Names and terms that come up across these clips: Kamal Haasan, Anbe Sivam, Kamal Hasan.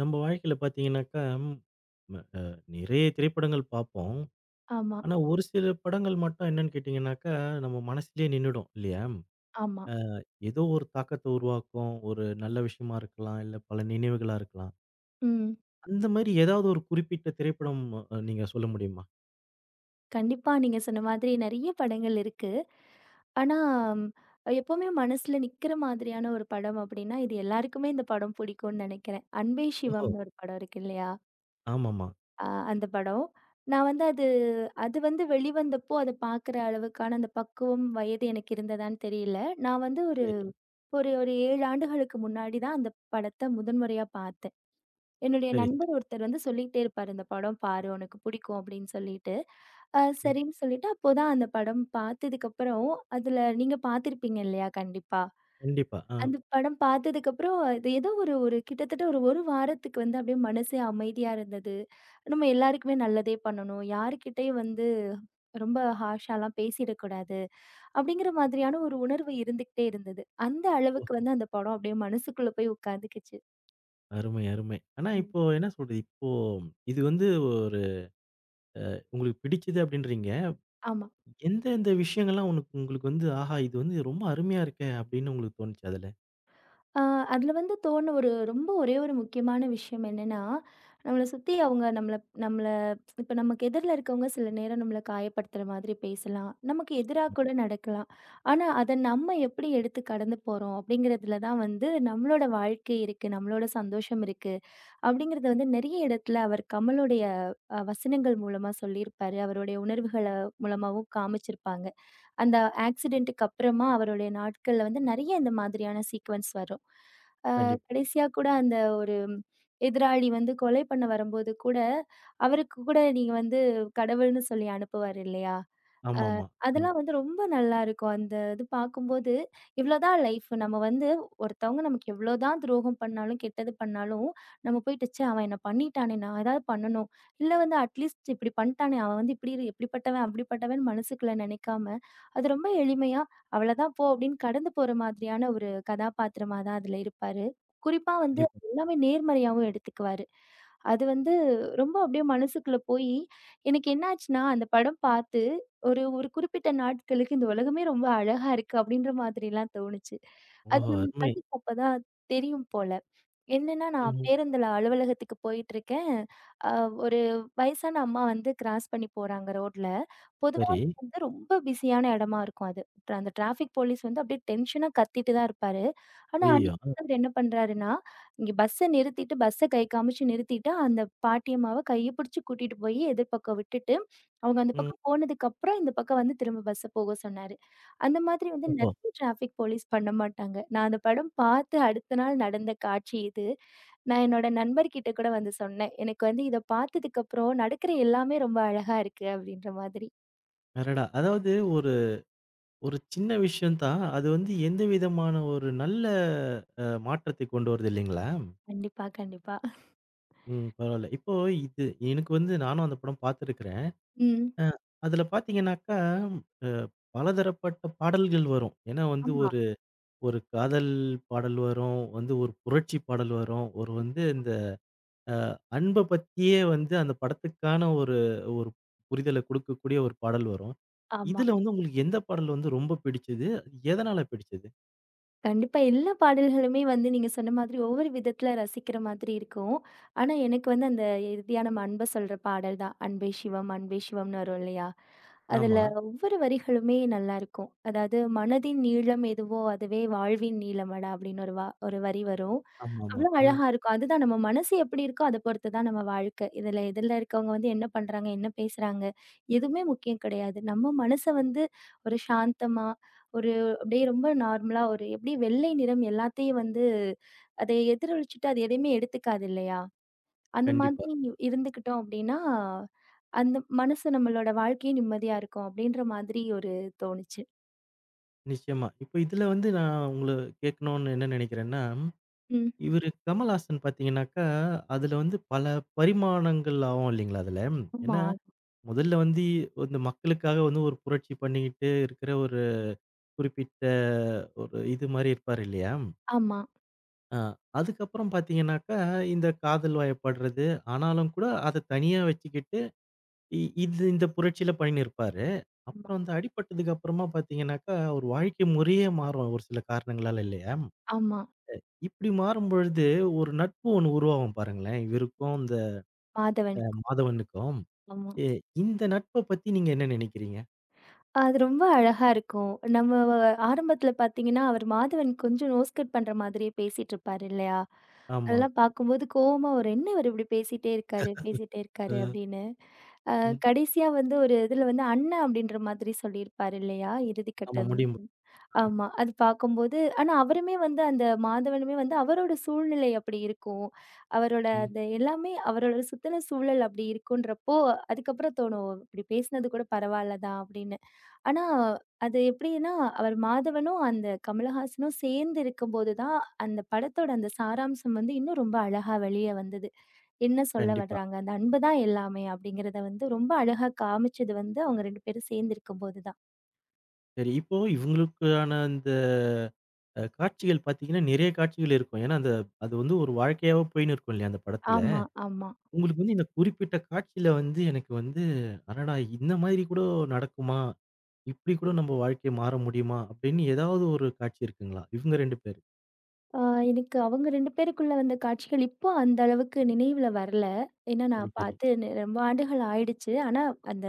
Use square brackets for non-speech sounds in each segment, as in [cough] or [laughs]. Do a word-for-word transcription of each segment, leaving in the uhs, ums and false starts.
நம்ம வாழ்க்கையில பார்த்தீங்கன்னாக்கா, ம அ நிறைய திரைப்படங்கள் பார்ப்போம். ஆமா, ஆனா, ஒரு சில படங்கள் மட்டும் என்னன்னு கேட்டீங்கன்னாக்கா, நம்ம மனசுலயே நின்னுடும் இல்லையா? ஆமா. அ ஏதோ ஒரு தாக்கத்த உருவாக்கும். ஒரு நல்ல விஷயமா இருக்கலாம், இல்ல பல நினைவுகளா இருக்கலாம். ம். அந்த மாரி ஏதாவது ஒரு குறிப்பிட்ட திரைப்படம் அ நீங்க சொல்ல முடியுமா? கண்டிப்பா நீங்க சொன்ன மாதிரி நெறைய படங்கள் இருக்கு. ஆனா, ம், எப்பவுமே மனசுல நிக்கிற மாதிரியான ஒரு படம் அப்டின்னா, இது எல்லாருக்குமே இந்த படம் பிடிக்கும்னு நெனைக்கிறேன். "அன்பே ஓஹோ! சிவம்னு" ஒரு படம் இருக்கு இல்லையா? ஆமாமா. அ அந்த படம். நான் வந்து அது அது வந்து வெளிவந்தப்போ அத பாக்குற அளவுக்கான அந்த பக்குவம், வயது எனக்கு இருந்ததான்னு தெரியல. நான் வந்து ஒரு சரி, ஒரு ஒரு ஏழு ஆண்டுகளுக்கு முன்னாடி தான் அந்த படத்த முதன்முறையா பார்த்தேன். என்னுடைய சரி, நண்பர் சரி. ஒருத்தர் வந்து சொல்லிக்கிட்டே இருப்பாரு, "இந்த படம் பாரு, உனக்கு பிடிக்கும்." அப்படின்னு சொல்லிட்டு. அ ம். சரின்னு சொல்லிட்டு அப்போதான் அந்த படம் பார்த்ததுக்கப்புறம், அதுல நீங்க பார்த்திருப்பீங்க இல்லையா? கண்டிப்பா. கண்டிப்பா. ஆ. அந்த படம் பார்த்ததுக்கப்புறம், அது ஏதோ ஒரு ஒரு கிட்டத்தட்ட ஒரு 1 வாரத்துக்கு வந்து அப்படியே மனசே அமைதியா இருந்தது. நம்ம எல்லாருக்குமே நல்லதே பண்ணணும். யாருக்கிட்டயும் வந்து ரொம்ப ஹார்ஷாலாம் பேசிடக்கூடாது. அப்படிங்கிற மாதிரியான ஒரு உணர்வு இருந்துகிட்டே இருந்தது. அந்த ஓ! அளவுக்கு வந்து அந்த படம் அப்படியே மனசுக்குள்ள போய் உட்கார்ந்துக்கிச்சு. அருமை, அருமை. ஆனா ம். இப்போ என்ன சொல்றது? இப்போ இது வந்து ஒரு உங்களுக்கு பிடிச்சது அப்படின்றீங்க. ஆமா. எந்த எந்த விஷயங்கள்லாம் உனக்கு உங்களுக்கு வந்து, ஆஹா! இது வந்து ரொம்ப அருமையா இருக்கே! அப்படின்னு உங்களுக்கு தோணுச்சு அதுல? ஆ, அதுல வந்து தோணு ஒரு ரொம்ப ஒரே ஒரு முக்கியமான விஷயம் என்னன்னா, நம்மள சுத்தி அவங்க நம்மள நம்மள இப்ப நமக்கு எதிர்ல இருக்கவங்க சில நேரம் நம்மள காயப்படுத்துற மாதிரி பேசலாம். நமக்கு எதிரா கூட நடக்கலாம். ஆனா, அத நம்ம எப்படி எடுத்து கடந்து போறோம் அப்படிங்கிறதுல தான் வந்து நம்மளோட வாழ்க்கை இருக்கு. நம்மளோட சந்தோஷம் இருக்கு. அப்படிங்கிறத வந்து நெறைய இடத்துல அவர் கமலுடைய அ வசனங்கள் மூலமா சொல்லியிருப்பாரு. அவருடைய உணர்வுகள மூலமாவும் காமிச்சிருப்பாங்க. அந்த ஆக்சிடென்ட்க்கு அப்புறமா அவருடைய நாட்கள்ல வந்து நெறைய இந்த மாதிரியான சீக்வென்ஸ் வரும். கண்டிப்பா. கடைசியா கூட அந்த ஒரு எதிராளி வந்து கொலை பண்ண வரும்போது கூட, அவருக்கு கூட நீங்க வந்து கடவுள்ன்னு சொல்லி அனுப்புவாரு இல்லையா? அ ஆமாமா. ம். அதெல்லாம் வந்து ரொம்ப நல்லாருக்கும். அந்த இது பார்க்கும்போது, இவ்ளோதான் லைஃப். நம்ம வந்து ஒருத்தவங்க நமக்கு எவ்ளோதான் துரோகம் பண்ணாலும், கெட்டது பண்ணாலும், நம்ம போயிட்டு ச்சே! அவன் என்ன பண்ணிட்டானே! நான் ஏதாவது பண்ணணும். இல்ல வந்து அட்லீஸ்ட் இப்டி பண்ணிட்டானே! அவன் வந்து இப்டி இப்டிப்பட்டவன், அப்டிப்பட்டவன் மனசுக்குள்ள நெனைக்காம, அது ரொம்ப எளிமையா, அவ்ளதான் போ அப்டின்னு கடந்து போற மாதிரியான ஒரு கதாபாத்திரமா தான் அதுல இருப்பாரு. குறிப்பா வந்து கண்டிப்பா. எல்லாமே நேர்மறையாவும் எடுத்துக்குவாரு. அது வந்து ரொம்ப அப்டியே மனசுக்குள்ள போயி, எனக்கு என்னாச்சுன்னா, அந்த படம் பார்த்து ஒரு ஒரு குறிப்பிட்ட நாட்களுக்கு இந்த உலகமே ரொம்ப அழகா இருக்கு, அப்படின்ற மாதிரிலாம் தோணுச்சு. அது ஓஹோ! நம்ம அருமை. கண்ணுக்கு அப்பதான் தெரியும் போல. என்னன்னா, நான் ம். பேருந்துல அலுவலகத்துக்கு போயிட்டுருக்கேன். அ ஒரு வயசான அம்மா வந்து கிராஸ் பண்ணி போறாங்க ரோட்ல. பொதுவா சரி. வந்து ரொம்ப பிஸியான இடமா இருக்கும் அது. tra- அந்த டிராஃபிக் போலீஸ் வந்து அப்படியே டென்ஷனா கத்திட்டு தான் இருப்பாரு. ஆனா ம். ஐயய்யோ! அன்னைக்கு அவர் என்ன பண்றாருன்னா, இங்க பஸ்ஸ நிறுத்திட்டு, பஸ்ஸ கை காமிச்சு நிறுத்திட்டு, அந்த பாட்டியம்மாவ கைய பிடிச்சு கூட்டிட்டு போயி எதிர்பக்கம் விட்டுட்டு, அவங்க அந்த ம். பக்கம் போனதுக்கப்புறம், இந்த பக்கம் வந்து திரும்ப பஸ்ஸ போக சொன்னாரு. அந்த மாதிரி வந்து ஓஹோ! நிறைய டிராஃபிக் போலீஸ் பண்ண மாட்டாங்க. நான் அந்த படம் பார்த்து அடுத்த நாள் நடந்த காட்சி இது. நான் என்னோட நண்பர்கிட்ட கூட வந்து சொன்னேன். எனக்கு வந்து இத பார்த்ததுக்கப்புறம் நடக்கிற எல்லாமே ரொம்ப அழகா இருக்கு அப்படின்ற மாதிரி. அடடா! அதாவது ஒரு ஒரு சின்ன விஷயம் தான். அது வந்து எந்த விதமான ஒரு நல்ல அ மாற்றத்தை கொண்டு வருது இல்லைங்களா? கண்டிப்பா, கண்டிப்பா. ம். பரவால்ல. இப்போ இது எனக்கு வந்து நானும் அந்த படம் பார்த்துருக்கிறேன். ம். அ அதுல பார்த்தீங்கன்னாக்கா, அ பலதரப்பட்ட பாடல்கள் வரும். ஏன்னா வந்து ஆமா, ஒரு ஒரு காதல் பாடல் வரும், வந்து ஒரு புரட்சி பாடல் வரும், ஒரு வந்து இந்த அ அன்ப பத்தியே வந்து அந்த படத்துக்கான ஒரு ஒரு புரிதல குடுக்கக்கூடிய ஒரு பாடல் வரும். ஆமா. இதுல வந்து உங்களுக்கு எந்த பாடல் வந்து ரொம்ப பிடிச்சது? எதனால பிடிச்சது? கண்டிப்பா. எல்லா பாடல்களுமே வந்து நீங்க சொன்ன மாதிரி ஒவ்வொரு விதத்துல ரசிக்கிற மாதிரி இருக்கும். ஆனா, எனக்கு வந்து அந்த இறுதியா நம்ம அன்ப சொல்ற பாடல் தான். "அன்பே சிவம் அன்பே சிவம்னு" வரும் இல்லையா? ம். அதுல ஆமா. ஒவ்வொரு வரிகளுமே நல்லாயிருக்கும். அதாவது "மனதின் நீளம் எதுவோ அதுவே வாழ்வின் நீளமடா" அப்படின்னு ஒரு வா ஒரு வரி வரும். ஆமாமா. அவ்ளோ ஆ அழகா இருக்கும். அதுதான் நம்ம மனசு எப்படி இருக்கோ, அத பொறுத்து தான் நம்ம வாழ்க்கை. இதுல எதிர்ல இருக்கவங்க வந்து என்ன பண்றாங்க, என்ன பேசுறாங்க, எதுவுமே முக்கியம் கிடையாது. நம்ம மனச வந்து ஒரு சாந்தமா, ஒரு அப்படியே ரொம்ப நார்மலா ஒரு எப்படி வெள்ளை நிறம் எல்லாத்தையும் வந்து அதை எதிரொலிச்சுட்டு அது எதையுமே எடுத்துக்காது இல்லையா? அந்த கண்டிப்பா. மாதிரி இருந்துக்கிட்டோம் அப்படின்னா, அந்த மனசு நம்மளோட வாழ்க்கையும் நிம்மதியா இருக்கும் அப்படின்ற மாதிரி ஒரு தோணுச்சு. நிச்சயமா. இப்ப இதுல வந்து நான் உங்கள கேட்கணும்னு என்ன நினைக்கிறேன்னா, ம். இவரு கமல்ஹாசன் பார்த்தீங்கன்னாக்கா, அதுல வந்து பல பரிமாணங்கள் ஆகும் இல்லைங்களா அதுல. ஆமா, ஏன்னா, முதல்ல வந்து இந்த மக்களுக்காக வந்து ஒரு புரட்சி பண்ணிக்கிட்டு இருக்கிற ஒரு குறிப்பிட்ட ஒரு இது மாரி இருப்பாரு இல்லையா? ஆமா, அ அதுக்கப்புறம் பார்த்தீங்கன்னாக்கா, இந்த காதல் வயப்படுறது, ஆனாலும் கூட அத தனியா வச்சுக்கிட்டு, இ இது இந்த புரட்சியில பண்ணியிருப்பாரு. ஆமா, அப்புறம் வந்து அடிபட்டதுக்கு அப்புறமா பார்த்தீங்கன்னாக்கா, ஒரு வாழ்க்கை முறையே மாறும் ஒரு சில காரணங்களால இல்லையா? ஆமா. இப்படி மாறும்பொழுது ஒரு நட்பு ஒண்ணு உருவாகும் பாருங்களேன். இவருக்கும் இந்த மாதவன். அ மாதவனுக்கும். ஆமா. எ இந்த நட்ப பத்தி நீங்க என்ன நினைக்கிறீங்க? அது ரொம்ப அழகா இருக்கும். நம்ம வ ஆரம்பத்துல பார்த்தீங்கன்னா, அவர் மாதவன் கொஞ்சம் நோஸ் கட் பண்ற மாதிரியே பேசிட்டுருப்பாரு இல்லையா? ஆமா. அதெல்லாம் பார்க்கும்போது கோவமா வரும். "என்ன இவரு இப்படி பேசிட்டே இருக்காரு, பேசிட்டே இருக்காரு." அ அப்படின்னு. அ ம். கடைசியா வந்து ஒரு இதுல வந்து அண்ணா அப்படின்ற மாதிரி சொல்லியிருப்பாரு இல்லையா? ஆமா இறுதிக்கட்டம். முடியும். ஆமா. அது பார்க்கும்போது ஆனா அவருமே வந்து அந்த மாதவனுமே வந்து அவரோட சூழ்நிலை அப்படி இருக்கும். அவரோட ம். அந்த எல்லாமே அவரோட சுத்தின சூழல் அப்படி இருக்குன்றப்போ, அதுக்கப்புறம் தோணும், "இப்படி பேசினது கூட பரவாயில்ல தான்" அப்படின்னு. ஆனா அது எப்படின்னா, அவர் மாதவனும் அந்த கமலஹாசனும் சேர்ந்து இருக்கும்போது தான், அந்த படத்தோட அந்த சாராம்சம் வந்து இன்னும் ரொம்ப அழகா வெளிய வந்தது. என்ன சொல்ல கண்டிப்பா. வர்றாங்க? அந்த அன்பு தான் எல்லாமே அப்படிங்கிறத வந்து ரொம்ப அழகா காமிச்சது வந்து அவங்க ரெண்டு பேரும் சேர்ந்து இருக்கும்போது தான். சரி இப்போ இவங்களுக்கான அந்த அ காட்சிகள் பார்த்தீங்கன்னா, நிறைய காட்சிகள் இருக்கும். ஏன்னா, அந்த அது வந்து ஒரு வாழ்க்கையாவே போயின்னு இருக்கும் இல்லையா, அந்த படத்துல. ஆமா, ஆமா. உங்களுக்கு வந்து இந்த குறிப்பிட்ட காட்சியில வந்து எனக்கு வந்து, அடடா! இந்த மாதிரி கூட நடக்குமா? இப்படி கூட நம்ம வாழ்க்கை மாற முடியுமா? அப்படின்னு ஏதாவது ஒரு காட்சி இருக்குங்களா? இவங்க ரெண்டு பேரு. ஆ எனக்கு அவங்க ரெண்டு பேருக்குள்ள வந்த காட்சிகள் இப்போ அந்த அளவுக்கு நினைவுல வரல. ஏன்னா நான் சரி, சரி. பார்த்து நெ ரொம்ப ஆண்டுகள் ஆயிடுச்சு. ஆனா அந்த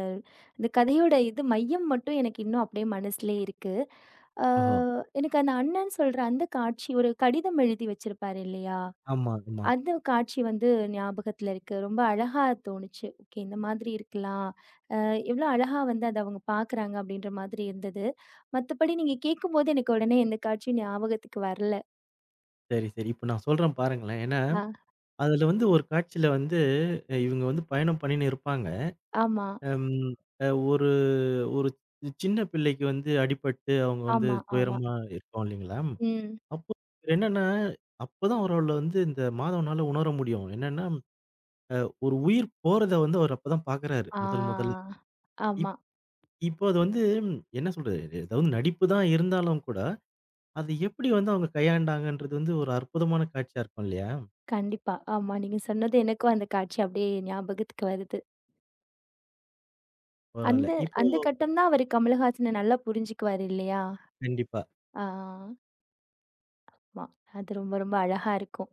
அந்த கதையோட இது மையம் மட்டும் எனக்கு இன்னும் அப்படியே மனசுலயே இருக்கு. ஆ ஓஹோ! எனக்கு அந்த அண்ணன் சொல்ற அந்த காட்சி ஒரு கடிதம் எழுதி வச்சிருப்பாரு இல்லையா? ஆமா, ஆமா. அந்த காட்சி வந்து ஞாபகத்துல இருக்கு. ரொம்ப அழகா தோணுச்சு. ஓகே இந்த மாதிரி இருக்கலாம். அ எவ்வளோ அழகா வந்து அத அவங்க பார்க்குறாங்க அப்படின்ற மாதிரி இருந்தது. மத்தபடி நீங்க கேட்கும்போது எனக்கு உடனே எந்த காட்சியும் ஞாபகத்துக்கு வரல. சரி, சரி. இப்ப நான் சொல்றேன் பாருங்களேன். ஏன்னா, ஆ அதுல வந்து ஒரு காட்சியில வந்து அ இவங்க வந்து பயணம் பண்ணின்னு இருப்பாங்க. ஆமா. ம் அ ஒரு ஒரு சி- சின்ன பிள்ளைக்கு வந்து அடிபட்டு அவங்க வந்து ஆமா, ஆமா. துயரமா இருக்கும் இல்லைங்களா? ம். அப்போ என்னன்னா, அப்பதான் அவரால வந்து இந்த மாதவனால உணர முடியும். என்னன்னா, ஒரு உயிர் போறத வந்து அவர் அப்பதான் பார்க்குறாரு, முதல் முதல்ல. ஆ. ஆமா. இப் இப்போ அது வந்து ம், என்ன சொல்றது? ஏதாவது நடிப்பு தான் இருந்தாலும் கூட, அது எப்படி வந்து அவங்க கையாண்டாங்கன்றது வந்து ஒரு அற்புதமான காட்சியா இருக்கும் இல்லையா? கண்டிப்பா. ஆமா. நீங்க சொன்னது எனக்கும் அந்த காட்சி அப்படியே ஞாபகத்துக்கு வருது. அவரால. அந்த இப்போ அந்த கட்டம் தான் அவரு கமலஹாசன நல்லா புரிஞ்சுக்குவாரு இல்லையா? கண்டிப்பா, ஆ. ஆமா. அது ரொம்ப ரொம்ப அழகா இருக்கும்.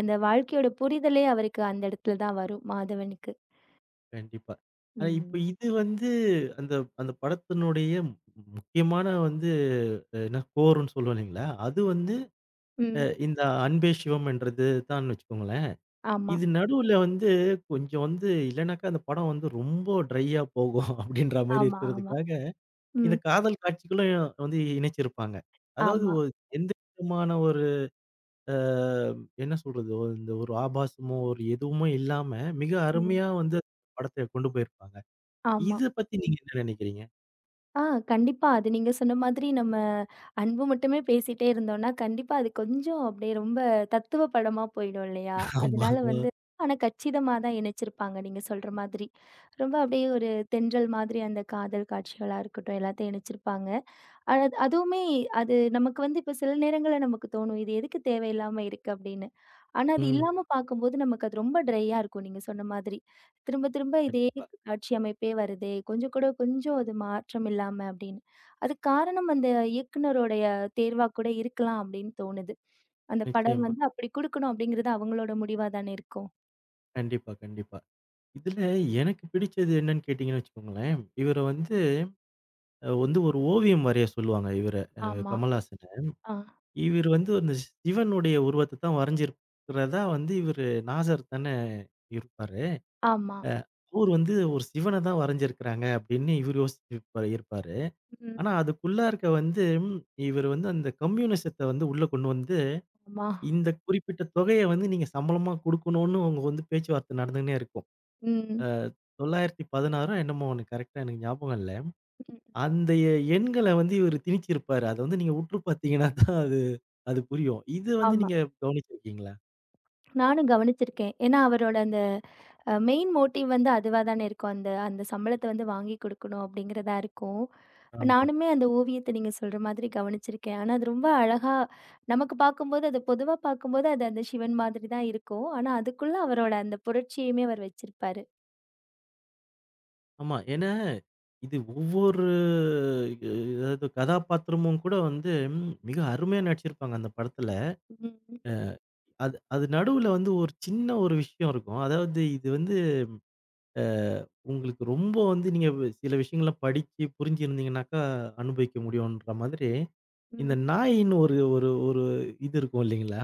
அந்த வாழ்க்கையோட புரிதலே அவருக்கு அந்த இடத்துல தான் வரும் மாதவனுக்கு. கண்டிப்பா. அ இப்போ ம். இது வந்து அந்த அந்த படத்தினுடைய முக்கியமான வந்து அஹ், என்ன கோர்ன்னு சொல்லுவோம் இல்லைங்களா? அது வந்து அ ம். இந்த அன்பே சிவம்ன்றது தான் வச்சுக்கோங்களேன். ஆமா, இது நடுவுல வந்து கொஞ்சம் வந்து இல்லனாக்கா அந்த படம் வந்து ரொம்ப ட்ரையா போகும் [laughs] அப்படின்ற மாரி ஆமா, ஆமா. இருக்கிறதுக்காக, இந்த ம். காதல் காட்சிகளும் வந்து இணைச்சிருப்பாங்க. அதாவது ஆமா. ஒ எந்த விதமான ஒரு அ என்ன சொல்றது? ஒ இந்த ஒரு ஆபாசமோ, ஒரு எதுவுமே இல்லாம மிக ம். அருமையா வந்து படத்த கொண்டு போயிருப்பாங்க. ஆமா. இத பத்தி நீங்க என்ன நினைக்கிறீங்க? ஆ கண்டிப்பா. அது நீங்க சொன்ன மாதிரி நம்ம அன்பு மட்டுமே பேசிட்டே இருந்தோம்னா, கண்டிப்பா அது கொஞ்சம் அப்படியே ரொம்ப தத்துவ படமா போயிடும் இல்லையா? ஆமா. அதனால வந்து ஆனா கச்சிதமா தான் இணைச்சிருப்பாங்க நீங்க சொல்ற மாதிரி. ரொம்ப அப்படியே ஒரு தென்றல் மாதிரி அந்த காதல் காட்சிகளா இருக்கட்டும், எல்லாத்தையும் இணைச்சிருப்பாங்க. அது அதுவுமே அது நமக்கு வந்து இப்ப சில நேரங்கள்ல நமக்கு தோணும். இது எதுக்கு தேவையில்லாம இருக்கு அப்படின்னு. ஆனா, அது ம். இல்லாம பார்க்கும்போது நமக்கு அது ரொம்ப ட்ரையா இருக்கும். நீங்க சொன்ன மாதிரி. திரும்ப திரும்ப இதே கண்டிப்பா. காட்சி அமைப்பே வருதே! கொஞ்சம் கூட கொஞ்சம் அது மாற்றம் இல்லாம அப்படின்னு. அதுக்கு காரணம் அந்த இயக்குனருடைய தேர்வா கூட இருக்கலாம் அப்படின்னு தோணுது. அந்த படம் நிச்சயமா. வந்து அப்படி குடுக்கணும் அப்படிங்கிறது அவங்களோட முடிவா தானே இருக்கும். கண்டிப்பா, கண்டிப்பா. இதுல எனக்கு பிடிச்சது என்னன்னு கேட்டீங்கன்னு வச்சுக்கோங்களேன், இவர வந்து அ வந்து ஒரு ஓவியம் வரைய சொல்லுவாங்க இவர. அ ஆமா. கமல்ஹாசன. ஆ. இவரு வந்து அந்த சிவனுடைய உருவத்த தான் வரைஞ்சிருக்கிறதா வந்து இவரு நாசர் தானே இருப்பாரு. ஆமா. அ அவரு வந்து ஒரு சிவன தான் வரைஞ்சிருக்கிறாங்க அப்படின்னு இவரு யோசிச்சிருப்பாரு இருப்பாரு. ம். ஆனா அதுக்குள்ளார்க்க வந்து இவரு வந்து அந்த கம்யூனிசத்த வந்து உள்ள கொண்டு வந்து, ஆமா. இந்த குறிப்பிட்ட தொகைய வந்து நீங்க சம்பளமா குடுக்கணும்னு அவங்க வந்து பேச்சுவார்த்தை நடந்துன்னே இருக்கும். ம். அ தொள்ளாயிரத்து பதினாறோ என்னமோ ஒண்ணு கரெக்ட்டா எனக்கு ஞாபகம் இல்ல. ம். அந்த எ எண்கள வந்து இவரு திணிச்சிருப்பாரு. அத வந்து நீங்க உற்று பார்த்தீங்கன்னா தான் அது அது புரியும். இது வந்து ஆமா. நீங்க கவனிச்சிருக்கீங்களா? நானும் கவனிச்சிருக்கேன். ஏன்னா அவரோட அந்த அ மெயின் மோட்டிவ் வந்து அதுவா தானே இருக்கும். அந்த அந்த சம்பளத்த வந்து வாங்கி குடுக்கணும் அப்படிங்கிறதா இருக்கும். ஆமா. நானுமே அந்த ஓவியத்த நீங்க சொல்ற மாதிரி கவனிச்சிருக்கேன். ஆனா, அது ரொம்ப அழகா நமக்கு பார்க்கும்போது, அது பொதுவா பார்க்கும்போது அது அந்த சிவன் மாதிரி தான் இருக்கும். ஆனா, அதுக்குள்ள அவரோட கண்டிப்பா. அந்த புரட்சியுமே அவர் வச்சிருப்பாரு. ஆமா. ஏன்னா, இது ஒவ்வொரு அ அதாவது கதாபாத்திரமும் கூட வந்து ம், மிக அருமையா நடிச்சிருப்பாங்க அந்த படத்துல. ம், அது அது நடுவுல வந்து ஒரு சின்ன ஒரு விஷயம் இருக்கும். அதாவது இது வந்து அ உங்களுக்கு ரொம்ப வந்து நீங்க வ் சில விஷயங்கள படிச்சு புரிஞ்சிருந்தீங்கனாக்கா அனுபவிக்க முடியுன்ற மாதிரி, இந்த ம். நாயின்னு ஒரு ஒரு ஒரு இது இருக்கும் இல்லைங்களா?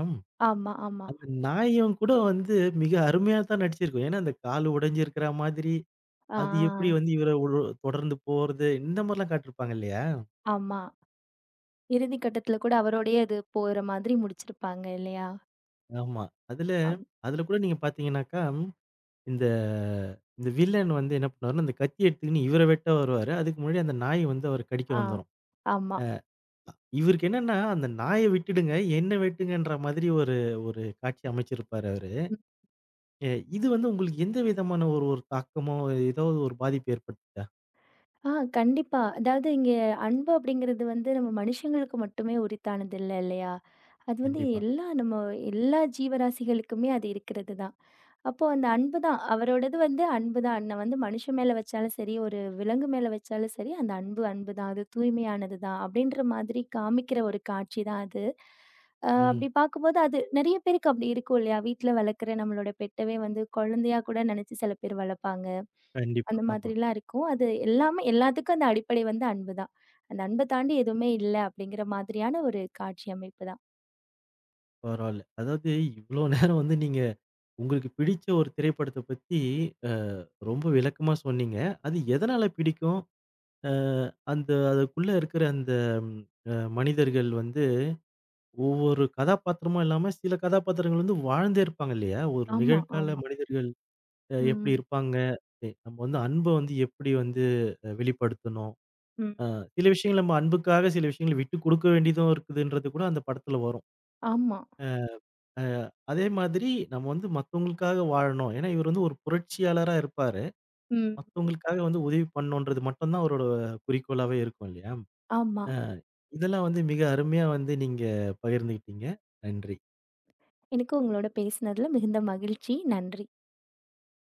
ஆமா, ஆமா. அந்த நாயும் கூட வந்து மிக அருமையா தான் நடிச்சிருக்கும். ஏன்னா, அந்த கால் உடைஞ்சிருக்கிற மாதிரி, ஆ, அது எப்படி வந்து இவர ஒரு தொடர்ந்து போறது, இந்த மாரிலாம் காட்டியிருப்பாங்க இல்லையா? ஆமா. இறுதி கட்டத்துல கூட அவரோடயே அது போற மாதிரி முடிச்சிருப்பாங்க இல்லையா? ஆமா. அதுல அம் அதுல கூட நீங்க பார்த்தீங்கன்னாக்கா, இந்த இந்த வில்லன் வந்து என்ன பண்ணுவாருன்னா, அந்த கத்திய எடுத்துக்கின்னு இவர வெட்ட வருவாரு. அதுக்கு முன்னாடி அந்த நாய் வந்து அவர கடிக்க ஆ, வந்துரும். ஆமா. இவருக்கு என்னன்னா, அந்த நாய விட்டுடுங்க, என்ன வெட்டுங்கன்ற மாதிரி ஒரு ஒரு காட்சி அமைச்சிருப்பாரு அவரு. எ இது வந்து உங்களுக்கு எந்த விதமான ஒரு ஒரு தாக்கமோ, ஏதாவது ஒரு பாதிப்பு ஏற்பட்டுச்சா? ஆ கண்டிப்பா. அதாவது இங்க அன்பு அப்படிங்கிறது வந்து நம்ம மனுஷங்களுக்கு மட்டுமே உரித்தானது இல்ல இல்லையா? அது வந்து கண்டிப்பா. எல்லா நம்ம எல்லா ஜீவராசிகளுக்குமே அது இருக்கிறது தான். அப்போ அந்த அன்பு தான். அவரோடது வந்து அன்பு தான். நான் வந்து மனுஷன் மேல வச்சாலும் சரி, ஒரு விலங்கு மேல வச்சாலும் சரி, அந்த அன்பு அன்பு தான். அது தூய்மையானது தான். அப்படின்ற மாதிரி காமிக்கிற ஒரு காட்சி தான் அது. அ ம்ஹ்ம். அப்படி பார்க்கும்போது அது நெறைய பேருக்கு அப்படி இருக்கும் இல்லையா? வீட்ல வளர்க்குற நம்மளோட பெட்டவே வந்து குழந்தையா கூட நெனச்சு சில பேர் வளர்ப்பாங்க. கண்டிப்பா. அந்த ஆமா. மாதிரிலாம் இருக்கும். அது எல்லாமே எல்லாத்துக்கும் அந்த அடிப்படை வந்து அன்பு தான். அந்த அன்ப தாண்டி எதுவுமே இல்ல அப்படிங்கிற மாதிரியான ஒரு காட்சி அமைப்பு தான். பரவால்ல. அதாவது இவ்ளோ நேரம் வந்து நீங்க உங்களுக்கு பிடிச்ச ஒரு திரைப்படத்த பத்தி அ ரொம்ப விளக்கமா சொன்னீங்க. அது எதனால பிடிக்கும்? அ அந்த அதுக்குள்ள இருக்கிற அந்த ம் அ மனிதர்கள் வந்து ஒவ்வொரு கதாபாத்திரமும் இல்லாம சில கதாபாத்திரங்கள் வந்து வாழ்ந்தே இருப்பாங்க இல்லையா? ஒரு ஆமா, நிகழ்கால ஆமா. மனிதர்கள் அ எப்படி ம். இருப்பாங்க? எ நம்ம வந்து அன்ப வந்து எப்படி வந்து அ வெளிப்படுத்தணும்? ம். அ சில விஷயங்கள் நம்ம அன்புக்காக சில விஷயங்கள விட்டு குடுக்க வேண்டியதும் இருக்குதுன்றது கூட அந்த படத்துல வரும். ஆமா. அ அதே மாதிரி நம்ம வந்து மத்தவங்களுக்காக வாழணும். ஏன்னா, இவர் வந்து ஒரு புரட்சியாளரா இருப்பாரு. ம். மத்தவங்களுக்காக வந்து உதவி பண்ணணுன்றது மட்டும் தான் அவரோட குறிக்கோளாவே இருக்கும் இல்லையா? ஆமா. அ இதெல்லாம் வந்து மிக அருமையா வந்து நீங்க பகிர்ந்துகிட்டீங்க. நன்றி. எனக்கும் உங்களோட பேசினதுல மிகுந்த மகிழ்ச்சி. நன்றி.